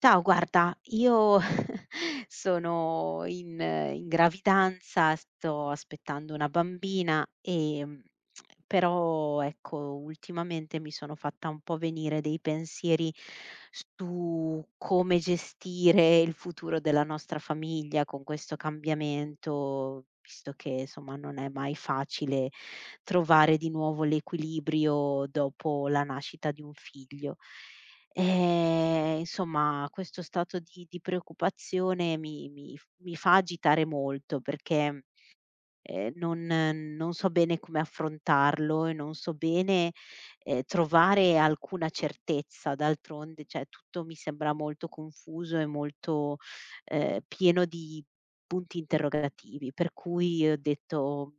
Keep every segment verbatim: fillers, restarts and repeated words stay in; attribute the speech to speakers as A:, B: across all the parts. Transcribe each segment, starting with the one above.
A: Ciao, guarda, io sono in in gravidanza, sto aspettando una bambina e, mhmm, però ecco, ultimamente mi sono fatta un po' venire dei pensieri su come gestire il futuro della nostra famiglia con questo cambiamento, visto che insomma non è mai facile trovare di nuovo l'equilibrio dopo la nascita di un figlio. Ehm, insomma questo stato di di preoccupazione mi mi f mi fa agitare molto perché, ehm, non non so bene come affrontarlo e non so bene, ehm, trovare alcuna certezza. D'altronde, cioè, tutto mi sembra molto confuso e molto, ehm, pieno di punti interrogativi, per cui ho detto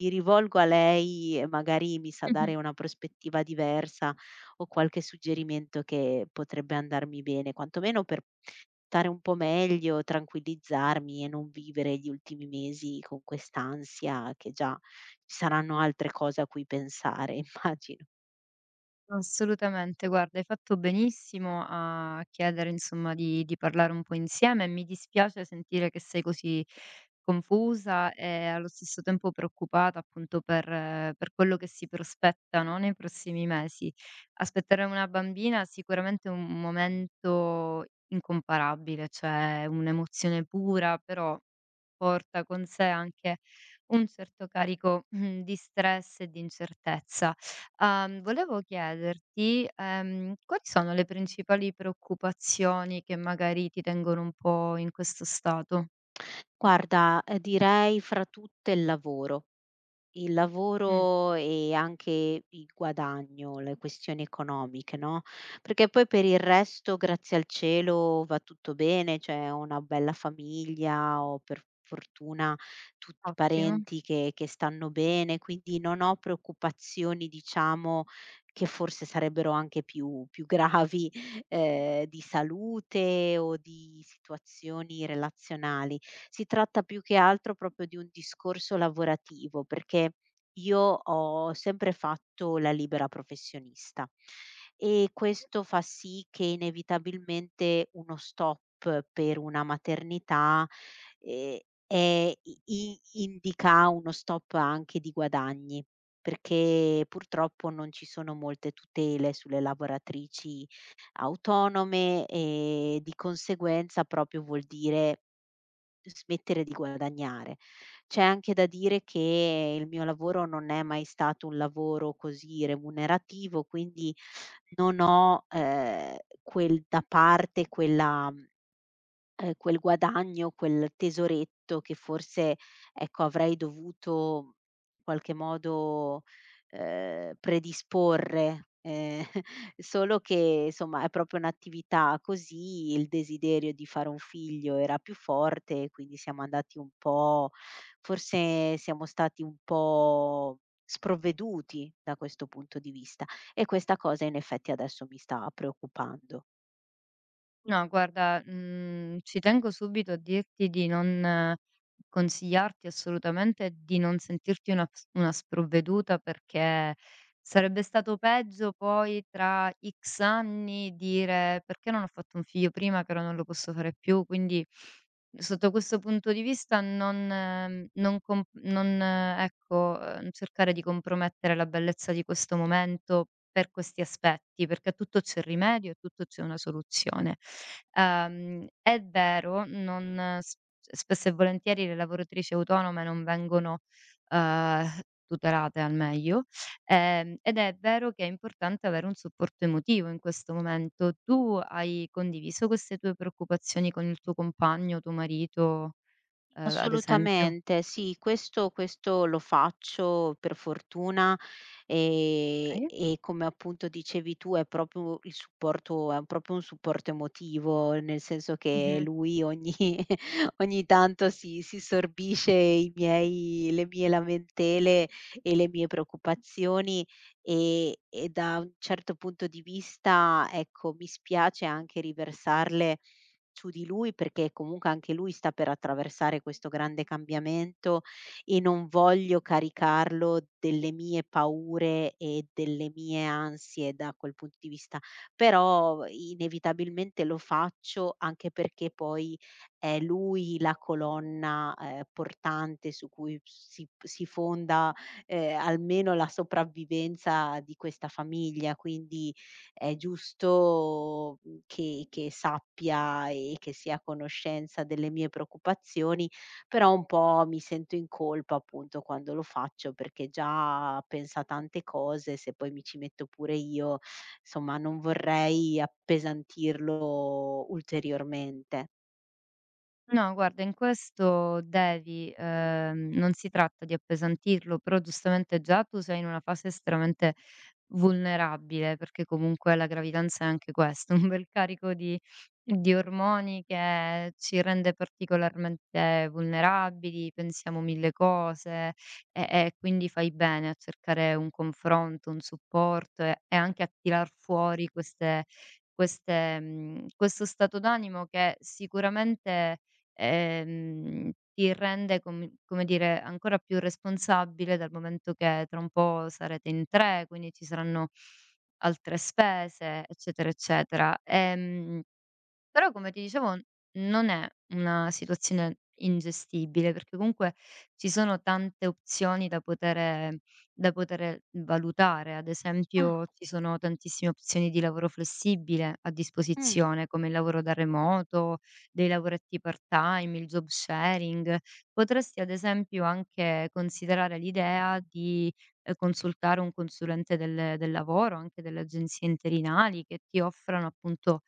A: mi rivolgo a lei e magari mi sa dare
B: Mh-mh.
A: una prospettiva diversa o qualche suggerimento che potrebbe andarmi bene, quantomeno per stare un po' meglio, tranquillizzarmi e non vivere gli ultimi mesi con quest'ansia, che già ci saranno altre cose a cui pensare, immagino.
B: Assolutamente. Guarda, hai fatto benissimo a chiedere insomma di di parlare un po' insieme. Mi dispiace sentire che sei così confusa e allo stesso tempo preoccupata appunto per per quello che si prospetta, no, nei prossimi mesi. Aspettare una bambina sicuramente è un momento incomparabile, cioè un'emozione pura, però porta con sé anche un certo carico, mhmm, di stress e di incertezza. Uhm, volevo chiederti, ehm, quali sono le principali preoccupazioni che magari ti tengono un po' in questo stato?
A: Guarda, ehm, direi fra tutte il lavoro. Il
B: Mh,
A: lavoro e anche il guadagno, le questioni economiche, no, perché poi per il resto, grazie al cielo, va tutto bene, cioè ho una bella famiglia, ho per fortuna tutti i
B: ottimo.
A: parenti che che stanno bene, quindi non ho preoccupazioni, diciamo, che forse sarebbero anche più più gravi, ehm, di salute o di situazioni relazionali. Si tratta più che altro proprio di un discorso lavorativo, perché io ho sempre fatto la libera professionista e questo fa sì che inevitabilmente uno stop per una maternità, ehm, è i i indica uno stop anche di guadagni, perché purtroppo non ci sono molte tutele sulle lavoratrici autonome e di conseguenza proprio vuol dire smettere di guadagnare. C'è anche da dire che il mio lavoro non è mai stato un lavoro così remunerativo, quindi non ho, ehm, quel da parte, quella ehm, quel guadagno, quel tesoretto che forse, ecco, avrei dovuto in qualche modo, ehm, predisporre, ehm, solo che insomma è proprio un'attività così, il desiderio di fare un figlio era più forte, quindi siamo andati un po', forse siamo stati un po' sprovveduti da questo punto di vista, e questa cosa in effetti adesso mi sta preoccupando.
B: No, guarda, mhmm, ci tengo subito a dirti di non eh, consigliarti assolutamente di non sentirti una ps una sprovveduta, perché sarebbe stato peggio poi tra X anni dire: "Perché non ho fatto un figlio prima che ora non lo posso fare più?" Quindi sotto questo punto di vista non ehm, non com non eh, ecco, ehm, cercare di compromettere la bellezza di questo momento per questi aspetti, perché a tutto c'è rimedio, e a tutto c'è una soluzione. Ehm, è vero, non eh, s spesso e volentieri le lavoratrici autonome non vengono, ehm, tutelate al meglio, ehm, ed è vero che è importante avere un supporto emotivo in questo momento. Tu hai condiviso queste tue preoccupazioni con il tuo compagno, tuo marito, ehm, ad esempio?
A: Assolutamente, sì, questo questo lo faccio per fortuna, ehm,
B: Okay.
A: e come appunto dicevi tu è proprio il supporto, è proprio un supporto emotivo, nel senso che
B: Mh-mh.
A: lui ogni ogni tanto si si sorbisce i miei le mie lamentele e le mie preoccupazioni, ehm, e da un certo punto di vista, ecco, mi spiace anche riversarle su di lui, perché comunque anche lui sta per attraversare questo grande cambiamento e non voglio caricarlo delle mie paure e delle mie ansie da quel punto di vista, però inevitabilmente lo faccio anche perché poi è lui la colonna, ehm, portante su cui si si fonda, ehm, almeno la sopravvivenza di questa famiglia, quindi è giusto, mhmm, che che sappia e che sia a conoscenza delle mie preoccupazioni, però un po' mi sento in colpa, appunto, quando lo faccio perché già pensa a tante cose, se poi mi ci metto pure io, insomma non vorrei appesantirlo ulteriormente.
B: No, guarda, in questo devi ehm, non si tratta di appesantirlo, però giustamente già tu sei in una fase estremamente vulnerabile, perché comunque la gravidanza è anche questo, un bel carico di, di ormoni che ci rende particolarmente vulnerabili, pensiamo mille cose e, e quindi fai bene a cercare un confronto, un supporto e, e anche a tirar fuori queste- queste, mm, questo stato d'animo che sicuramente ehm, ti rende com come dire, ancora più responsabile dal momento che tra un po' sarete in tre, quindi ci saranno altre spese, eccetera, eccetera. Ehm però come ti dicevo n non è una situazione ingestibile, perché comunque ci sono tante opzioni da potere da potere valutare. Ad
A: Ah,
B: esempio, ci sono tantissime opzioni di lavoro flessibile a
A: mh.
B: disposizione, come il lavoro da remoto, dei lavoretti part-time, il job sharing. Potresti ad esempio anche considerare l'idea di, ehm, consultare un consulente del del lavoro, anche delle agenzie interinali che ti offrano appunto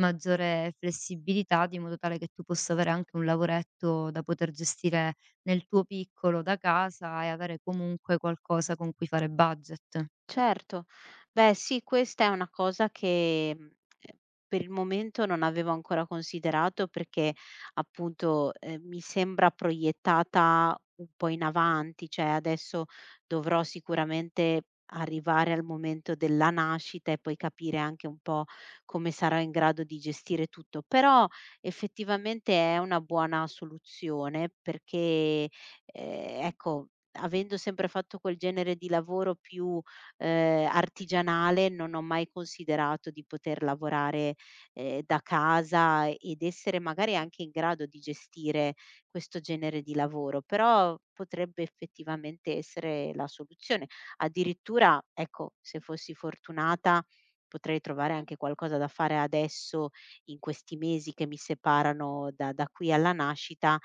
B: maggiore flessibilità, di modo tale che tu possa avere anche un lavoretto da poter gestire nel tuo piccolo da casa e avere comunque qualcosa con cui fare budget.
A: Certo. Beh sì, questa è una cosa che, mhmm, ehm, per il momento non avevo ancora considerato perché appunto, ehm, mi sembra proiettata un po' in avanti, cioè adesso dovrò sicuramente arrivare al momento della nascita e poi capire anche un po' come sarò in grado di gestire tutto. Però effettivamente è una buona soluzione perché, ehm, ecco, avendo sempre fatto quel genere di lavoro più ehm, artigianale, non ho mai considerato di poter lavorare, ehm, da casa ed essere magari anche in grado di gestire questo genere di lavoro, però potrebbe effettivamente essere la soluzione. Addirittura, ecco, se fossi fortunata potrei trovare anche qualcosa da fare adesso in questi mesi che mi separano da da qui alla nascita,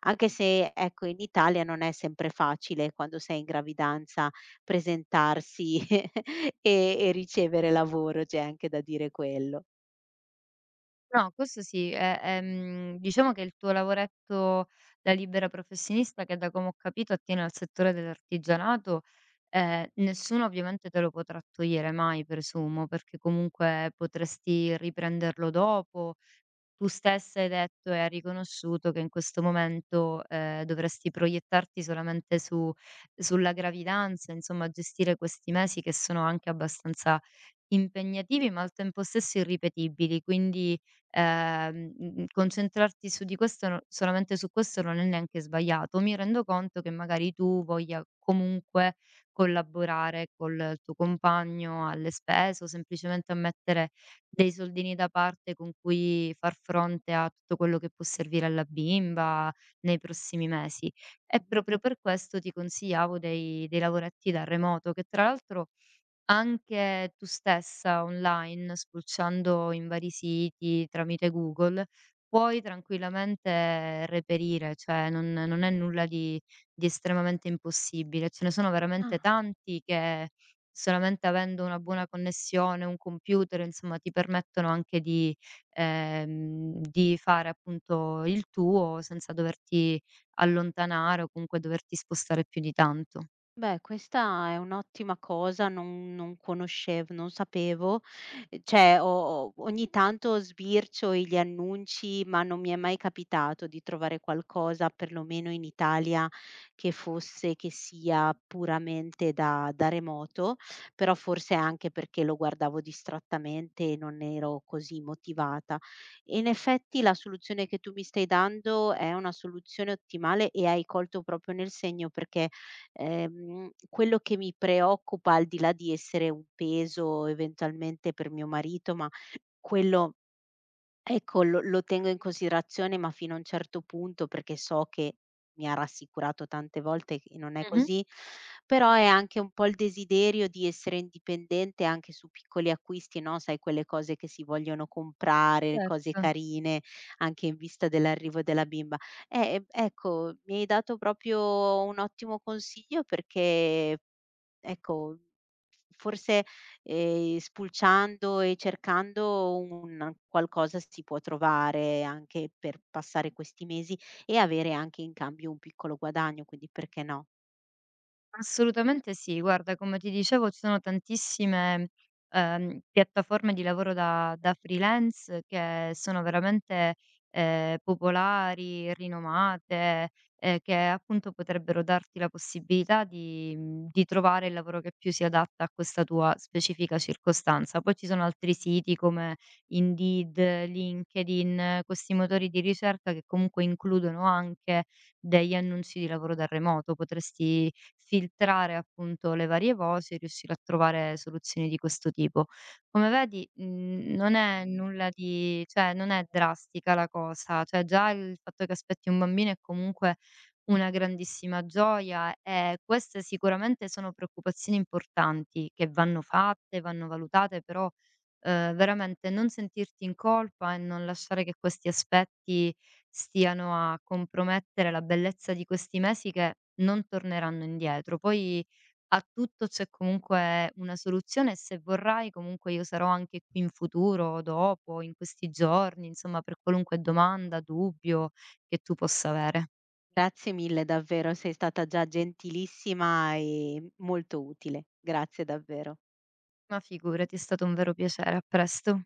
A: anche se, ecco, in Italia non è sempre facile quando sei in gravidanza presentarsi e e ricevere lavoro, c'è anche da dire quello.
B: No, questo sì, è è, mhmm, diciamo che il tuo lavoretto da libera professionista che da come ho capito attiene al settore dell'artigianato, ehm, nessuno ovviamente te lo potrà togliere mai presumo, perché comunque potresti riprenderlo dopo. Tu stessa hai detto e hai riconosciuto che in questo momento, ehm, dovresti proiettarti solamente su sulla gravidanza, insomma gestire questi mesi che sono anche abbastanza impegnativi, ma al tempo stesso irripetibili. Quindi, ehm, mhmm, concentrarti su di questo no solamente su questo non è neanche sbagliato. Mi rendo conto che magari tu voglia comunque collaborare col tuo compagno alle spese o semplicemente a mettere dei soldini da parte con cui far fronte a tutto quello che può servire alla bimba nei prossimi mesi. E proprio per questo ti consigliavo dei dei lavoretti da remoto, che tra l'altro anche tu stessa online, spulciando in vari siti tramite Google, puoi tranquillamente reperire, cioè non non è nulla di di estremamente impossibile. Ce ne sono veramente
A: Ah.
B: tanti che solamente avendo una buona connessione, un computer, insomma, ti permettono anche di ehm, di fare appunto il tuo senza doverti allontanare o comunque doverti spostare più di tanto.
A: Beh, questa è un'ottima cosa, non non conoscev non sapevo. Ehm, cioè, ho ho ogni tanto sbircio gli annunci, ma non mi è mai capitato di trovare qualcosa, perlomeno in Italia, che fosse che sia puramente da da remoto, però forse anche perché lo guardavo distrattamente e non ero così motivata. E in effetti la soluzione che tu mi stai dando è una soluzione ottimale e hai colto proprio nel segno, perché Ehm, quello che mi preoccupa, al di là di essere un peso eventualmente per mio marito, ma quello, ecco, lo lo tengo in considerazione, ma fino a un certo punto, perché so che mi ha rassicurato tante volte che non è
B: Mh-mh,
A: così, però è anche un po' il desiderio di essere indipendente anche su piccoli acquisti, no, sai, quelle cose che si vogliono comprare, cose
B: certo.
A: carine, anche in vista dell'arrivo della bimba. Eh, ehm, ecco, mi hai dato proprio un ottimo consiglio perché, ecco, forse, ehm, spulciando e cercando un qualcosa si può trovare anche per passare questi mesi e avere anche in cambio un piccolo guadagno, quindi perché no?
B: Assolutamente sì. Guarda, come ti dicevo, ci sono tantissime, ehm, piattaforme di lavoro da da freelance che sono veramente, ehm, popolari, rinomate, ehm, che appunto potrebbero darti la possibilità di mhmm, di trovare il lavoro che più si adatta a questa tua specifica circostanza. Poi ci sono altri siti come Indeed, LinkedIn, eh, questi motori di ricerca che comunque includono anche degli annunci di lavoro da remoto. Potresti filtrare appunto le varie voci e riuscire a trovare soluzioni di questo tipo. Come vedi, mhmm, non è nulla di cioè non è drastica la cosa, cioè già il fatto che aspetti un bambino è comunque una grandissima gioia e queste sicuramente sono preoccupazioni importanti che vanno fatte, vanno valutate, però, uhm, veramente non sentirti in colpa e non lasciare che questi aspetti stiano a compromettere la bellezza di questi mesi che non torneranno indietro. Poi a tutto c'è comunque una soluzione e se vorrai comunque io sarò anche qui in futuro, dopo, in questi giorni, insomma per qualunque domanda, dubbio che tu possa avere.
A: Grazie mille davvero, sei stata già gentilissima e molto utile. Grazie davvero.
B: Ma figurati, è stato un vero piacere. A presto.